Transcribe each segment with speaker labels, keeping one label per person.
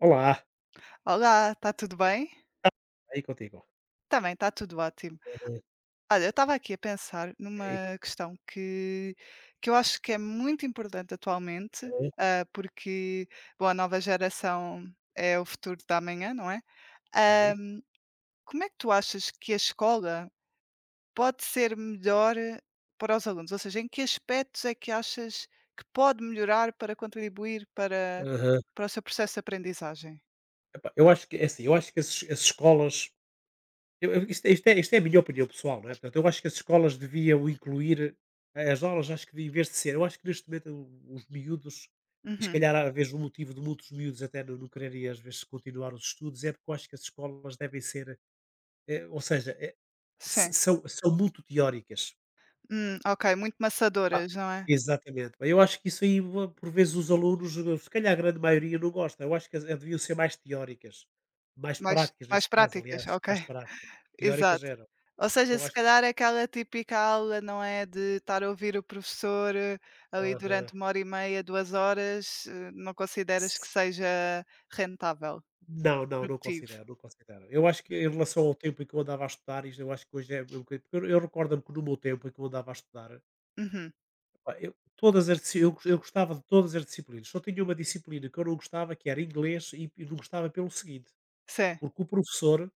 Speaker 1: Olá,
Speaker 2: Olá, está tudo bem?
Speaker 1: tá aí contigo.
Speaker 2: Também está tudo ótimo.
Speaker 1: Uhum,
Speaker 2: Olha, eu estava aqui a pensar
Speaker 1: ok,
Speaker 2: numa questão que eu acho que é muito importante atualmente,
Speaker 1: uhum,
Speaker 2: porque bom, a nova geração é o futuro da amanhã, não é?
Speaker 1: ok,
Speaker 2: Ahm, Como é que tu achas que a escola pode ser melhor para os alunos? Ou seja, em que aspectos é que achas que pode melhorar para contribuir para,
Speaker 1: aham.
Speaker 2: para o seu processo de aprendizagem?
Speaker 1: Epá, eu acho que é assim, eu acho que as escolas eu isto é a minha opinião pessoal, não é, portanto, eu acho que as escolas deviam incluir as aulas, acho que em vez de ser eu acho que neste momento o os miúdos, e se
Speaker 2: Uhum,
Speaker 1: calhar às vezes o motivo de muitos miúdos até não quererem às vezes continuar os estudos, é porque eu acho que as escolas devem ser, ou seja, eh, s
Speaker 2: sim.
Speaker 1: são são muito teóricas.
Speaker 2: Ok, muito
Speaker 1: Ah,
Speaker 2: maçadoras, não é?
Speaker 1: exatamente. Bem, eu acho que isso aí, vo por vezes, os alunos, se calhar a grande maioria não gosta. Eu acho que deviam ser mais teóricas, mais
Speaker 2: Mais
Speaker 1: práticas
Speaker 2: mais
Speaker 1: neste caso,
Speaker 2: práticas,
Speaker 1: aliás,
Speaker 2: ok,
Speaker 1: mais práticas. Teóricas
Speaker 2: exato.
Speaker 1: eram.
Speaker 2: Ou seja,
Speaker 1: Eu
Speaker 2: se
Speaker 1: acho que.
Speaker 2: calhar aquela típica aula, não é, de estar a ouvir o professor, ali,
Speaker 1: Aham.
Speaker 2: durante uma hora e meia, 2 horas, não consideras que seja rentável,
Speaker 1: Não, não, não
Speaker 2: produtivo?
Speaker 1: considero, não considero. Eu acho que
Speaker 2: Hum,
Speaker 1: em relação ao tempo em que eu andava a estudar, isto eu acho que hoje é um bocadinho, porque eu recordo-me que no meu tempo em que eu andava a estudar,
Speaker 2: uhum,
Speaker 1: pá, eu gostava de todas as disciplinas, só tinha uma disciplina que eu não gostava, que era inglês, e não gostava pelo seguinte,
Speaker 2: sim,
Speaker 1: porque o professor.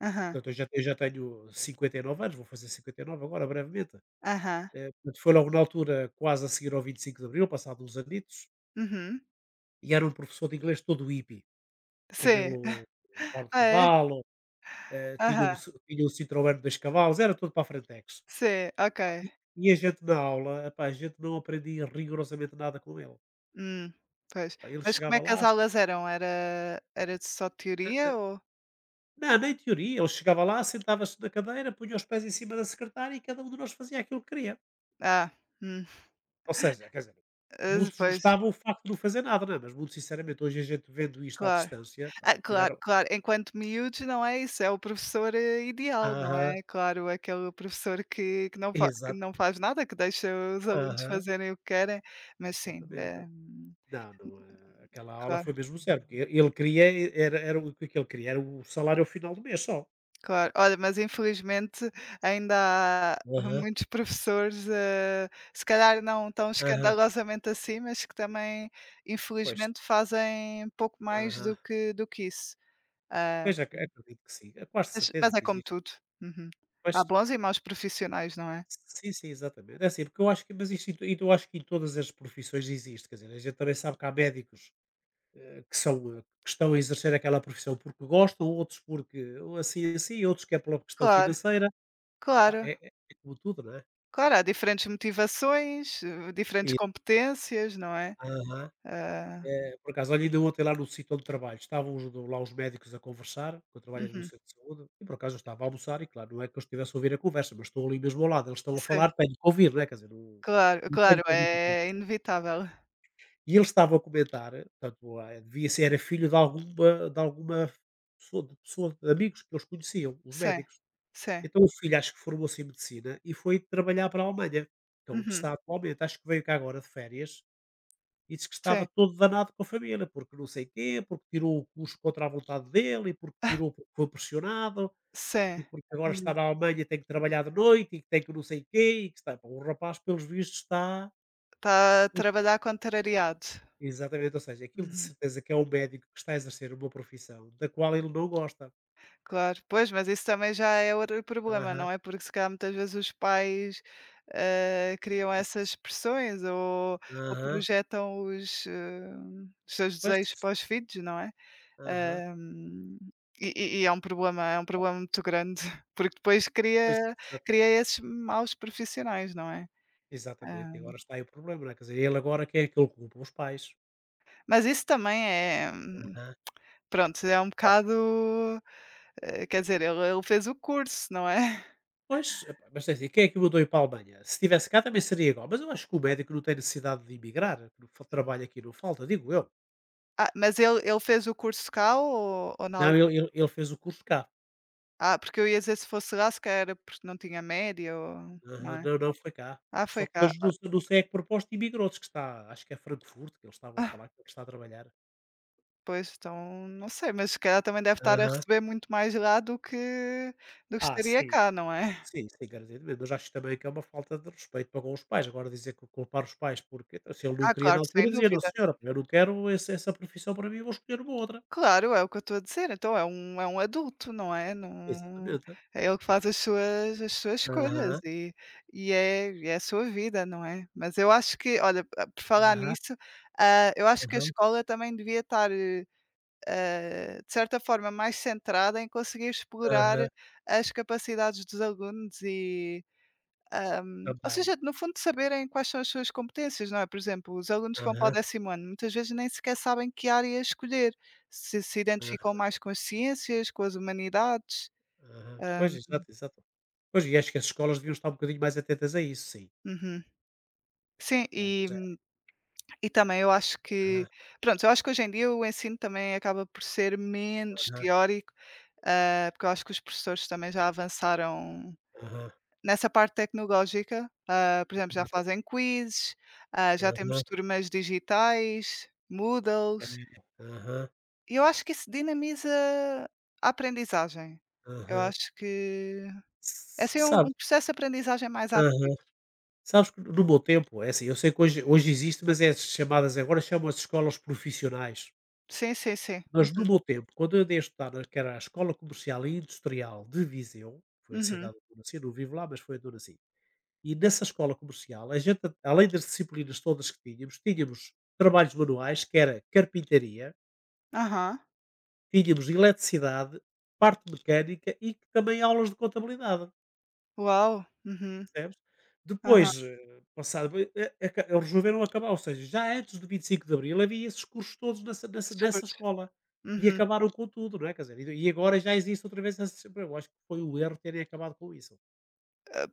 Speaker 2: aham,
Speaker 1: Portanto, eu já tenho 59 anos, vou fazer 59 agora brevemente.
Speaker 2: aham,
Speaker 1: Portanto, foi logo na altura quase a seguir ao 25 de Abril, passado uns anitos,
Speaker 2: uhum,
Speaker 1: e era um professor de inglês todo hippie,
Speaker 2: sim.
Speaker 1: cabelo rabo de
Speaker 2: Ah, é?
Speaker 1: cavalo, tinha
Speaker 2: Aham,
Speaker 1: um ci- tinha um Citroën de 2 cavalos, era todo para a frentex.
Speaker 2: sim, ok.
Speaker 1: E a gente na aula, epá, a gente não aprendia rigorosamente nada com ele.
Speaker 2: Hum, pois.
Speaker 1: Pá, ele
Speaker 2: Mas como
Speaker 1: chegava
Speaker 2: é que as
Speaker 1: lá,
Speaker 2: aulas eram? Era só
Speaker 1: eh, eh,
Speaker 2: teoria ou?
Speaker 1: não, nem teoria, ele chegava lá, sentava-se na cadeira, punha os pés em cima da secretária e cada um de nós fazia aquilo que queria.
Speaker 2: Ah, hum,
Speaker 1: Ou seja, quer dizer,
Speaker 2: hã,
Speaker 1: muitos
Speaker 2: pois.
Speaker 1: gostavam o facto de não fazer nada, não é? Mas muito sinceramente, hoje a gente vendo isto à
Speaker 2: Claro.
Speaker 1: distância, pá,
Speaker 2: Ah,
Speaker 1: aquilo
Speaker 2: claro,
Speaker 1: era.
Speaker 2: claro, enquanto miúdos não é isso, é o professor, ideal, não
Speaker 1: Aham,
Speaker 2: é? Claro, aquele professor que não fa que
Speaker 1: exato,
Speaker 2: não faz nada, que deixa os alunos
Speaker 1: aham,
Speaker 2: fazerem o que querem, mas sim,
Speaker 1: exatamente.
Speaker 2: eh,
Speaker 1: Não, não, aquela aula foi
Speaker 2: claro,
Speaker 1: mesmo zero, porque e ele queria, era o que é que ele queria? Era o salário ao final do mês só.
Speaker 2: claro. Olha, mas infelizmente ainda há
Speaker 1: Aham,
Speaker 2: muitos professores, eh, se calhar não tão
Speaker 1: aham,
Speaker 2: escandalosamente assim, mas que também
Speaker 1: pois,
Speaker 2: infelizmente fazem pouco mais
Speaker 1: aham.
Speaker 2: do que isso.
Speaker 1: Pois, ac acredito que sim, é quase
Speaker 2: Mas
Speaker 1: certeza
Speaker 2: mas é
Speaker 1: que
Speaker 2: como
Speaker 1: existem.
Speaker 2: tudo. Uhum.
Speaker 1: Pois,
Speaker 2: Há bons e maus profissionais, não é?
Speaker 1: sim, sim, exatamente. É assim, porque eu acho que, mas isto em to eu acho que em todas as profissões existe, quer dizer, a gente também sabe que há médicos que estão a exercer aquela profissão porque gostam, outros porque ou assim assim, outros que é pela questão
Speaker 2: Claro,
Speaker 1: financeira. Pá,
Speaker 2: claro,
Speaker 1: é, é como tudo, não é?
Speaker 2: claro, há diferentes motivações, eh, diferentes
Speaker 1: E-
Speaker 2: competências, não é?
Speaker 1: Aham.
Speaker 2: Ah,
Speaker 1: Por acaso, olha, ainda ontem lá no sítio onde trabalho, estavam lá os médicos a conversar, que eu trabalho ali no
Speaker 2: uhum,
Speaker 1: centro de saúde, e por acaso eu estava a almoçar, e claro, não é que eu estivesse a ouvir a conversa, mas estou ali mesmo ao lado, eles estão a
Speaker 2: sim,
Speaker 1: falar, tenho que ouvir, não é? Quer dizer, não,
Speaker 2: claro,
Speaker 1: não tenho
Speaker 2: claro,
Speaker 1: como evitar.
Speaker 2: é inevitável.
Speaker 1: E eles estavam a comentar, portanto, ah, devia ser, era filho de alguma pessoa, de amigos que eles conheciam, os
Speaker 2: Sim,
Speaker 1: médicos.
Speaker 2: sim,
Speaker 1: Então o filho acho que formou-se em medicina e foi trabalhar para a Alemanha, que é onde
Speaker 2: uhum,
Speaker 1: está atualmente. Acho que veio cá agora de férias e disse que
Speaker 2: sim,
Speaker 1: estava todo danado com a família, porque não sei quê, porque tirou o curso contra a vontade dele, e porque tirou porque foi pressionado, e
Speaker 2: sim.
Speaker 1: porque agora está
Speaker 2: Uhum.
Speaker 1: na Alemanha e tem que trabalhar de noite, e que tem que não sei quê, e que está. Pá, o rapaz, pelos vistos, está.
Speaker 2: Está a trabalhar contrariado.
Speaker 1: Exatamente, ou seja, aquilo de
Speaker 2: Uhum.
Speaker 1: certeza que é um médico que está a exercer uma profissão da qual ele não gosta.
Speaker 2: Claro, pois, mas isso também já é outro problema,
Speaker 1: Aham.
Speaker 2: não é? Porque se calhar muitas vezes os pais, eh, criam
Speaker 1: isso-
Speaker 2: essas pressões ou
Speaker 1: Aham.
Speaker 2: projetam os, eh, os seus
Speaker 1: Pois.
Speaker 2: desejos para os filhos, não é?
Speaker 1: Aham.
Speaker 2: Ahm, e é um problema muito grande, porque depois
Speaker 1: Pois.
Speaker 2: cria, cria esses maus profissionais, não é?
Speaker 1: Exatamente,
Speaker 2: Ah,
Speaker 1: e agora está aí o problema, não é? Quer dizer, ele agora quer, que ele culpa? Os pais.
Speaker 2: mas isso também é,
Speaker 1: Aham.
Speaker 2: pronto, é um
Speaker 1: Pá,
Speaker 2: bocado, eh, quer dizer, ele fez o curso, não é?
Speaker 1: pois, epá, mas é assim, quem é que o mudou ir para a Alemanha? Se estivesse cá também seria igual, mas eu acho que o médico não tem necessidade de emigrar, que não fa trabalho aqui não falta, digo eu.
Speaker 2: Ah, mas ele fez o curso cá ou na
Speaker 1: Não, ele fez o curso cá.
Speaker 2: ah, porque eu ia dizer se fosse lá, se calhar era porque não tinha média ou não
Speaker 1: Aham.
Speaker 2: é?
Speaker 1: Não, não, foi cá.
Speaker 2: Ah, foi
Speaker 1: Só que
Speaker 2: cá.
Speaker 1: hoje não sei a que propósito imigrou, diz que está, acho que é Frankfurt, que eles estavam a
Speaker 2: Ah,
Speaker 1: falar que ele está a trabalhar.
Speaker 2: pois, então não sei, mas se calhar também deve estar a
Speaker 1: Aham.
Speaker 2: receber muito mais lá do que
Speaker 1: Ah,
Speaker 2: estaria
Speaker 1: sim.
Speaker 2: cá, não é?
Speaker 1: Sim, sim, garantidamente, mas acho também que é uma falta de respeito para com os pais. Agora, dizer que culpar os pais, porque então, se ele não
Speaker 2: Ah,
Speaker 1: queria na
Speaker 2: claro,
Speaker 1: altura,
Speaker 2: sem
Speaker 1: dizia: "Não
Speaker 2: dúvida.
Speaker 1: senhora, eu não quero esse essa profissão para mim, vou escolher uma outra".
Speaker 2: Claro, é o que eu estou a dizer, então é um adulto, não é? Não
Speaker 1: Exatamente.
Speaker 2: é ele que faz as suas escolhas
Speaker 1: Aham,
Speaker 2: e e é a sua vida, não é? Mas eu acho que olha, por falar
Speaker 1: aham,
Speaker 2: nisso, eu acho que a
Speaker 1: aham,
Speaker 2: escola também devia estar, eh, de certa forma mais centrada em conseguir explorar
Speaker 1: aham,
Speaker 2: as capacidades dos alunos e hum, ou
Speaker 1: também.
Speaker 2: seja, no fundo, saberem quais são as suas competências, não é? Por exemplo, os alunos que vão para o
Speaker 1: Aham,
Speaker 2: décimo ano, muitas vezes nem sequer sabem que área escolher, se se
Speaker 1: aham,
Speaker 2: identificam mais com as ciências, com as humanidades.
Speaker 1: aham. Pois,
Speaker 2: Hum,
Speaker 1: exato, exato. Pois, e acho que as escolas deviam estar um bocadinho mais atentas a isso, sim.
Speaker 2: uhum. Sim,
Speaker 1: É,
Speaker 2: e
Speaker 1: mas é.
Speaker 2: também eu acho
Speaker 1: Aham,
Speaker 2: que pronto, eu acho que hoje em dia o ensino também acaba por ser menos
Speaker 1: aham,
Speaker 2: teórico, porque eu acho que os professores também já avançaram
Speaker 1: aham,
Speaker 2: nessa parte tecnológica, por exemplo, já
Speaker 1: exato.
Speaker 2: fazem quizzes, já
Speaker 1: Aham,
Speaker 2: temos turmas digitais,
Speaker 1: é,
Speaker 2: Moodles.
Speaker 1: aham,
Speaker 2: E eu acho que isso dinamiza a aprendizagem. Eu
Speaker 1: aham.
Speaker 2: acho que é
Speaker 1: S
Speaker 2: assim um
Speaker 1: sabe
Speaker 2: processo de aprendizagem mais ativo.
Speaker 1: Sabes que no meu tempo, é assim, eu sei que hoje existe, mas é chamadas agora, chamam-se escolas profissionais.
Speaker 2: Sim, sim, sim.
Speaker 1: Mas no meu tempo, quando eu andei a estudar, que era a Escola Comercial e Industrial de Viseu, foi a
Speaker 2: Uhum.
Speaker 1: cidade onde eu nasci, não vivo lá, mas foi onde eu nasci. E nessa escola comercial, a gente, além das disciplinas todas que tínhamos, tínhamos trabalhos manuais, que era carpintaria,
Speaker 2: Aham.
Speaker 1: tínhamos eletricidade, parte mecânica e também aulas de contabilidade.
Speaker 2: Uau! Uhum.
Speaker 1: Percebes?
Speaker 2: Aham.
Speaker 1: Depois, eh, passado boi eh, aca eles resolveram acabar, ou seja, já antes do 25 de abril havia esses cursos todos nessa nessa
Speaker 2: Esses
Speaker 1: nessa
Speaker 2: cursos.
Speaker 1: escola, e
Speaker 2: Uhum.
Speaker 1: acabaram com tudo, não é, quer dizer, e agora já existe outra vez essa eu acho que foi o erro terem acabado com isso.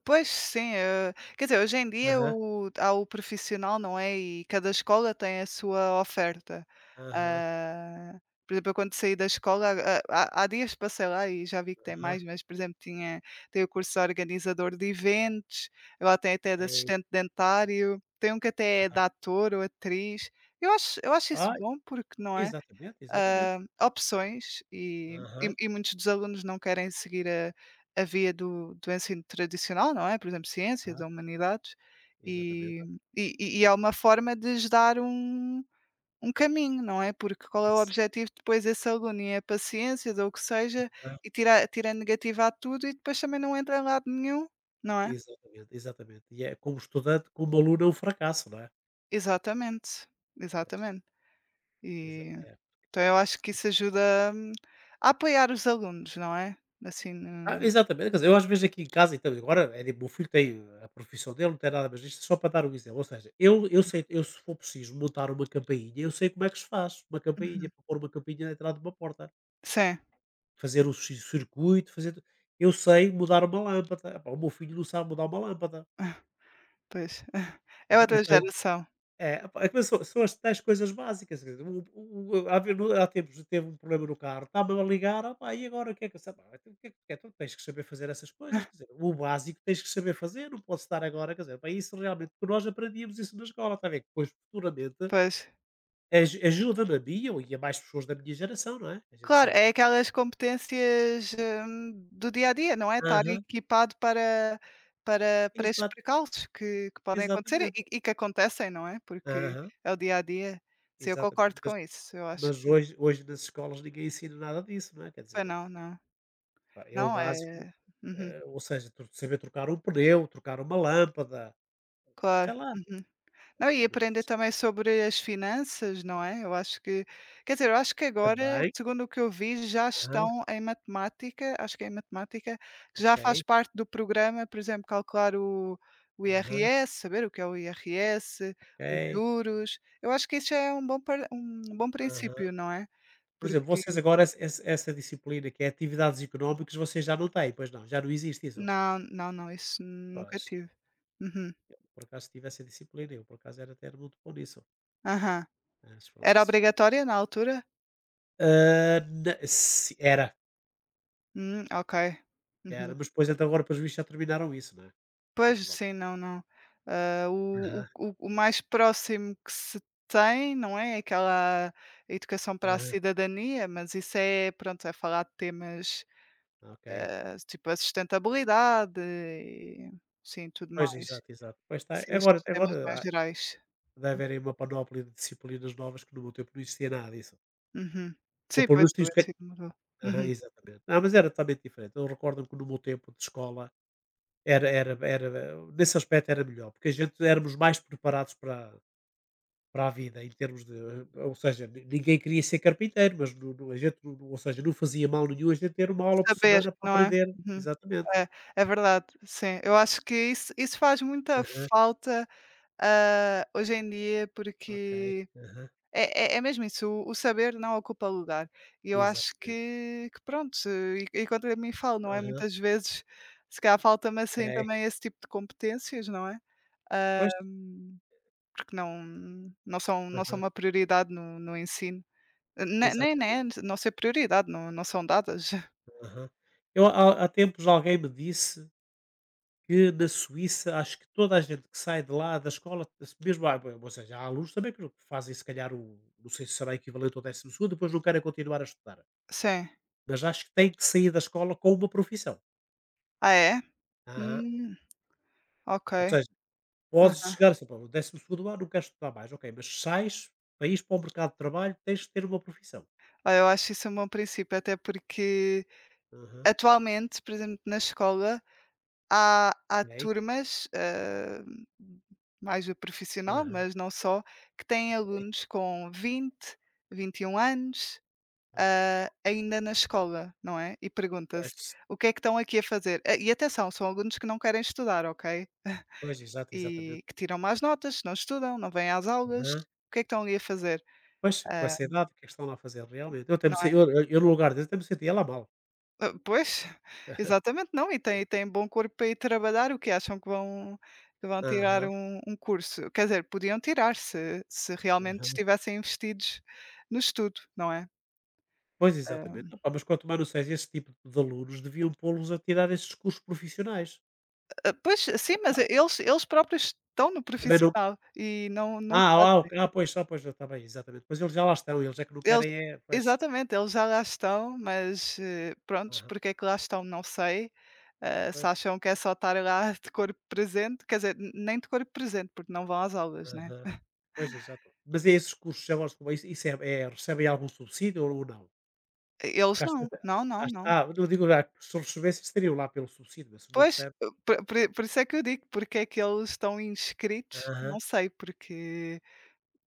Speaker 2: Pois sim, eh, quer dizer, hoje em dia
Speaker 1: Aham,
Speaker 2: o há o profissional, não é, e cada escola tem a sua oferta.
Speaker 1: aham,
Speaker 2: Ah, por exemplo, eu quando saí da escola, há dias passei lá e já vi que tem
Speaker 1: aham.
Speaker 2: mais, mas, por exemplo, tinha tem o curso de organizador de eventos, agora tem até de
Speaker 1: Ei.
Speaker 2: assistente dentário, tem um que até é de
Speaker 1: Aham.
Speaker 2: ator ou atriz. Eu acho isso
Speaker 1: Ah,
Speaker 2: bom, porque não é
Speaker 1: exatamente, exatamente.
Speaker 2: hã, opções e e
Speaker 1: Aham.
Speaker 2: e muitos dos alunos não querem seguir a via do do ensino tradicional, não é, por exemplo, ciências
Speaker 1: Aham,
Speaker 2: ou humanidades,
Speaker 1: exatamente,
Speaker 2: e e e é uma forma de lhes dar um um caminho, não é, porque qual é o
Speaker 1: isso.
Speaker 2: objetivo depois desse aluno ir é para ciências ou o que seja
Speaker 1: Hã.
Speaker 2: e tira negativa a tudo e depois também não entra em lado nenhum, não é?
Speaker 1: Exatamente, exatamente. E é como estudante, como aluno é um fracasso, não é?
Speaker 2: Exatamente,
Speaker 1: Pois,
Speaker 2: exatamente.
Speaker 1: exa
Speaker 2: E
Speaker 1: é.
Speaker 2: então eu acho que isso ajuda hum, a apoiar os alunos, não é? Assim,
Speaker 1: Ah, exatamente, quer dizer, eu às vezes aqui em casa, então, agora, é, tipo, o meu filho tem a profissão dele, não tem nada, mas isto é só para dar um exemplo, ou seja, eu sei, eu se for preciso montar uma campainha, eu sei como é que se faz, uma campainha,
Speaker 2: uhum.
Speaker 1: para pôr uma campainha na entrada de uma porta,
Speaker 2: Sim.
Speaker 1: fazer o circuito, eu sei mudar uma lâmpada. Epá, o meu filho não sabe mudar uma lâmpada.
Speaker 2: Ah, pois. É outra geração.
Speaker 1: É, opa, é que são as tais coisas básicas, quer dizer, o há ve no há tempos teve um problema no carro, estava a ligar: "Opá, e agora o que é que eu sei?". Pá, "Então o que é que tu queres?", "Então tens que saber fazer essas coisas, quer dizer, o básico tens que saber fazer, não podes estar agora", quer dizer, pá, isso realmente, porque nós aprendíamos isso na escola, está a ver? Que depois futuramente
Speaker 2: Pois.
Speaker 1: ajuda-me a mim ou e a mais pessoas da minha geração, não é? A gente
Speaker 2: Claro,
Speaker 1: sabe.
Speaker 2: é aquelas competências, do dia a dia, não é? Estar
Speaker 1: Aham.
Speaker 2: equipado para para estes
Speaker 1: Exato,
Speaker 2: percalços que podem acontecer
Speaker 1: exatamente.
Speaker 2: e que acontecem, não é? Porque
Speaker 1: Aham,
Speaker 2: é o dia a dia. Sim, eu
Speaker 1: exatamente.
Speaker 2: concordo
Speaker 1: Mas
Speaker 2: com isso. Eu acho
Speaker 1: mas
Speaker 2: que
Speaker 1: hoje nas escolas ninguém ensina nada disso, não é? Quer
Speaker 2: pois
Speaker 1: dizer,
Speaker 2: não, não.
Speaker 1: pá, é o
Speaker 2: Não
Speaker 1: básico.
Speaker 2: é uhum.
Speaker 1: Ou seja, tro saber trocar um pneu, trocar uma lâmpada,
Speaker 2: Claro.
Speaker 1: sei lá.
Speaker 2: Uhum. Não, e
Speaker 1: Sabe?
Speaker 2: aprender também sobre as finanças, não é? Eu acho que quer dizer, eu acho que agora,
Speaker 1: Também.
Speaker 2: segundo o que eu vi, já
Speaker 1: Aham.
Speaker 2: estão em matemática, acho que é em matemática, que já
Speaker 1: Ok.
Speaker 2: faz parte do programa, por exemplo, calcular o
Speaker 1: Aham.
Speaker 2: IRS, saber o que é o IRS, os
Speaker 1: Ok.
Speaker 2: juros. Eu acho que isso é um bom par um bom
Speaker 1: Aham.
Speaker 2: princípio, não é?
Speaker 1: Por exemplo,
Speaker 2: Porque
Speaker 1: vocês agora essa disciplina que é atividades económicas, vocês já não têm, pois não? Já não existe isso?
Speaker 2: não, não, não, isso nunca
Speaker 1: Pois.
Speaker 2: tive. Uhum.
Speaker 1: Eu por acaso tive essa disciplina, eu por acaso era até muito bom nisso,
Speaker 2: Aham.
Speaker 1: mas
Speaker 2: Era
Speaker 1: pronto.
Speaker 2: obrigatória na altura?
Speaker 1: Hã, na se era,
Speaker 2: Ok.
Speaker 1: era,
Speaker 2: Uhum.
Speaker 1: mas depois até agora pelos vistos já terminaram isso, não é? Mas
Speaker 2: Pois,
Speaker 1: pronto.
Speaker 2: sim, não, não. Ah,
Speaker 1: Aham.
Speaker 2: o mais próximo que se tem, não é, é aquela educação para a
Speaker 1: Aham.
Speaker 2: cidadania, mas isso é, pronto, é falar de temas,
Speaker 1: Ok.
Speaker 2: tipo a sustentabilidade e sim, tudo
Speaker 1: Pois,
Speaker 2: mais.
Speaker 1: exato, exato. Pois está,
Speaker 2: Sim,
Speaker 1: agora,
Speaker 2: estes temas mais gerais.
Speaker 1: deve haverem uma panóplia de disciplinas novas que no meu tempo não existia nada disso.
Speaker 2: Uhum.
Speaker 1: Ou
Speaker 2: Sim,
Speaker 1: pelo
Speaker 2: pois
Speaker 1: menos
Speaker 2: o
Speaker 1: tinhas que
Speaker 2: ensino mudou.
Speaker 1: aham,
Speaker 2: Uhum.
Speaker 1: exatamente. Ah, mas era totalmente diferente. Eu recordo-me que no meu tempo de escola era era era nesse aspecto era melhor, porque a gente éramos mais preparados para a vida em termos de, ou seja, ni ninguém queria ser carpinteiro, mas no no a gente no ou seja, não fazia mal nenhum a gente ter uma aula por
Speaker 2: Saber,
Speaker 1: semana para
Speaker 2: não é?
Speaker 1: aprender.
Speaker 2: Uhum.
Speaker 1: Exatamente.
Speaker 2: É, é verdade, sim. Eu acho que isso faz muita
Speaker 1: Aham,
Speaker 2: falta, ah, hoje em dia,
Speaker 1: ok.
Speaker 2: porque
Speaker 1: Aham,
Speaker 2: É é mesmo isso, o saber não ocupa lugar. E eu acho
Speaker 1: exatamente.
Speaker 2: que pronto, e contra mim falo, não é,
Speaker 1: Aham,
Speaker 2: muitas vezes, se calhar falta-me assim
Speaker 1: ok.
Speaker 2: também esse tipo de competências, não é? Ah,
Speaker 1: Pois.
Speaker 2: porque não são não são
Speaker 1: Aham,
Speaker 2: uma prioridade no no ensino. Ne nem
Speaker 1: exatamente.
Speaker 2: nem é não ser prioridade, não são dadas.
Speaker 1: Aham. Eu há tempos alguém me disse que na Suíça acho que toda a gente que sai de lá da escola, mesmo há ou seja, há alunos também que fazem se calhar o não sei se será equivalente ao 12.º, depois não querem continuar a estudar.
Speaker 2: Sim.
Speaker 1: Mas acho que têm que sair da escola com uma profissão.
Speaker 2: Ah, é?
Speaker 1: Aham.
Speaker 2: Hum,
Speaker 1: Ou
Speaker 2: ok.
Speaker 1: seja, podes
Speaker 2: Aham.
Speaker 1: chegar assim: "Pá, o 12.º ano não quero estudar mais", ok, mas sais para ires para o mercado de trabalho, tens de ter uma profissão.
Speaker 2: Olha, eu acho isso um bom princípio, até porque
Speaker 1: Aham.
Speaker 2: atualmente, por exemplo, na escola há
Speaker 1: Ok?
Speaker 2: turmas, hã, mais o profissional,
Speaker 1: Aham.
Speaker 2: mas não só, que têm
Speaker 1: Ok.
Speaker 2: alunos com 20, 21 anos,
Speaker 1: Ah.
Speaker 2: hã, ainda na escola, não é? E pergunta-se:
Speaker 1: Pois,
Speaker 2: "O que é que estão aqui a fazer?" Ah, e atenção, são alunos que não querem estudar, ok?
Speaker 1: pois, exato,
Speaker 2: E
Speaker 1: exatamente.
Speaker 2: que tiram más notas, não estudam, não vêm às aulas. O que é que estão ali a fazer?
Speaker 1: Pois, com
Speaker 2: Ah,
Speaker 1: essa idade, o que é que estão lá a fazer realmente? Eu até me sen eu no lugar deles até me sentia lá mal.
Speaker 2: ah, pois, exatamente, não, e tem bom corpo para ir trabalhar, o que acham que vão tirar
Speaker 1: Aham,
Speaker 2: um um curso? Quer dizer, podiam tirar se realmente
Speaker 1: aham.
Speaker 2: estivessem investidos no estudo, não é?
Speaker 1: Pois, exatamente. Opa, mas quanto mais não seja, esse tipo de alunos deviam pô-los a tirar esses cursos profissionais.
Speaker 2: Ah, ah, pois, sim, mas
Speaker 1: Ah,
Speaker 2: eles próprios estão no
Speaker 1: também não,
Speaker 2: profissional e não
Speaker 1: ah, ah, ok,
Speaker 2: fazem.
Speaker 1: ah, pois, está bem, exatamente. Pois, eles já lá estão, eles é que não
Speaker 2: Eles
Speaker 1: querem é pois.
Speaker 2: exatamente, eles já lá estão, mas, eh, prontos,
Speaker 1: Aham,
Speaker 2: porque é que lá estão, não sei. Ah, se
Speaker 1: pois.
Speaker 2: acham que é só estar lá de corpo presente, quer dizer, n nem de corpo presente, porque não vão às aulas, né?
Speaker 1: Aham. Pois, exato. Mas é esses cursos chamam-se como, isso é recebem algum subsídio ou não? Porque
Speaker 2: Eles não, não, não,
Speaker 1: às,
Speaker 2: não.
Speaker 1: ah, não digo já, se recebessem estariam lá pelo subsídio, mas se não
Speaker 2: Pois,
Speaker 1: recebe.
Speaker 2: po por isso é que eu digo, porque é que eles estão inscritos,
Speaker 1: Aham,
Speaker 2: não sei, porque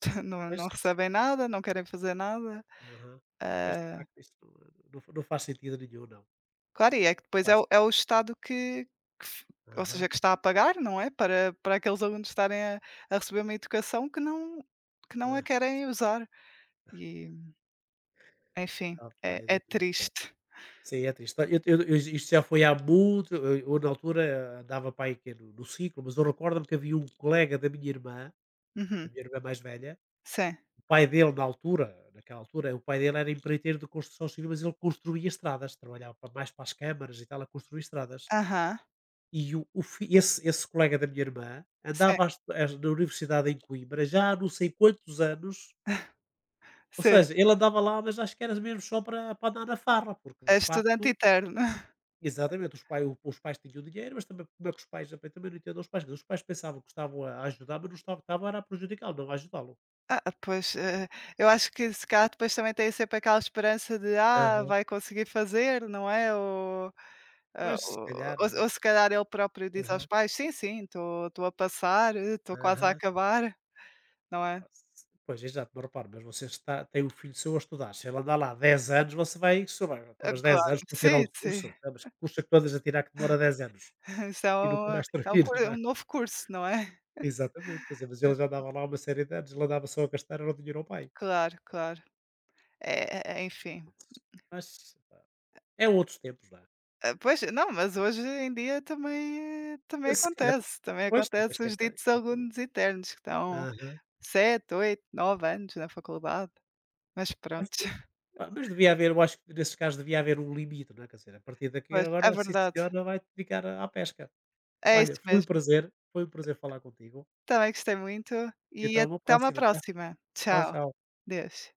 Speaker 1: pois.
Speaker 2: não recebem nada, não querem fazer nada.
Speaker 1: Aham. Mas, de
Speaker 2: Ah,
Speaker 1: facto, isso não não faz sentido nenhum, não.
Speaker 2: claro, e é que depois é
Speaker 1: Faz.
Speaker 2: o Estado que f ou
Speaker 1: Aham,
Speaker 2: seja, que está a pagar, não é, para aqueles alunos estarem a receber uma educação que não a
Speaker 1: hã.
Speaker 2: querem usar. E, enfim,
Speaker 1: Ah pá, eu
Speaker 2: é
Speaker 1: digo uma coisa.
Speaker 2: triste.
Speaker 1: Sim, é triste. Eu isto já foi há muito, eu na altura, andava para aí quê no 5, mas eu recordo-me que havia um colega da
Speaker 2: Uhum.
Speaker 1: minha irmã mais velha,
Speaker 2: Sim.
Speaker 1: o pai dele na altura, naquela altura, o pai dele era empreiteiro de construção civil, mas ele construía estradas, trabalhava para mais para as câmaras e tal, a construir estradas.
Speaker 2: Aham.
Speaker 1: E o fi esse colega da minha irmã
Speaker 2: Sim,
Speaker 1: andava a estu a na universidade em Coimbra já há não sei quantos anos. Ou
Speaker 2: sim.
Speaker 1: seja, ele andava lá, mas acho que era mesmo só para andar na farra, porque de
Speaker 2: É estudante
Speaker 1: facto,
Speaker 2: eterno.
Speaker 1: exatamente, os pais tinham dinheiro, mas também, como é que os pais também, não entendo os pais pensavam que estavam a ajudar, mas não estavam, era a prejudicá-lo, não a ajudá-lo.
Speaker 2: Ah, pois, eh, eu acho que se calhar depois também tem sempre aquela esperança de: "Ah,
Speaker 1: Aham.
Speaker 2: vai conseguir fazer", não é? Ou, ah,
Speaker 1: Pois, se
Speaker 2: ou
Speaker 1: calhar, não é?
Speaker 2: ou se calhar ele próprio diz aos
Speaker 1: Aham,
Speaker 2: pais: "Sim, sim, estou a passar, estou quase a
Speaker 1: aham.
Speaker 2: acabar", não é?
Speaker 1: Pois, pois, exato, mas repare, mas você está tem um filho seu a estudar, se ele andar lá 10 anos, você vai, se vai
Speaker 2: Ah,
Speaker 1: mas 10
Speaker 2: claro,
Speaker 1: anos para tirar
Speaker 2: sim,
Speaker 1: o
Speaker 2: sim,
Speaker 1: curso? Então, mas que curso é que tu andas a tirar que demora 10 anos?
Speaker 2: isso
Speaker 1: E nunca mais
Speaker 2: é um cur
Speaker 1: terminas, não
Speaker 2: um
Speaker 1: é?
Speaker 2: novo curso, não é?
Speaker 1: Exatamente, quer dizer, mas ele já andava lá há uma série de anos, ele andava só a gastar era o dinheiro ao pai.
Speaker 2: Claro, claro. É é enfim.
Speaker 1: Mas, epá, é outros tempos lá.
Speaker 2: Ah, pois, não, mas hoje em dia também eh,
Speaker 1: Se calhar
Speaker 2: também
Speaker 1: pois, também se
Speaker 2: acontece os
Speaker 1: calhar,
Speaker 2: ditos
Speaker 1: exatamente.
Speaker 2: alunos eternos que estão
Speaker 1: Aham.
Speaker 2: 7, 8, 9 anos na faculdade, mas
Speaker 1: Mas
Speaker 2: pronto,
Speaker 1: epá, mas devia haver, eu acho que nesses casos devia haver um limite, não é, quer dizer, a partir daqui
Speaker 2: pois, é
Speaker 1: agora, sim
Speaker 2: verdade.
Speaker 1: senhora, vai te dedicar à pesca.
Speaker 2: É
Speaker 1: Olha,
Speaker 2: isso mesmo.
Speaker 1: foi um prazer falar contigo,
Speaker 2: Também gostei muito
Speaker 1: e
Speaker 2: e
Speaker 1: até uma
Speaker 2: até uma
Speaker 1: próxima, tá.
Speaker 2: próxima.
Speaker 1: Tchau,
Speaker 2: Tchau.
Speaker 1: tchau.
Speaker 2: Deus.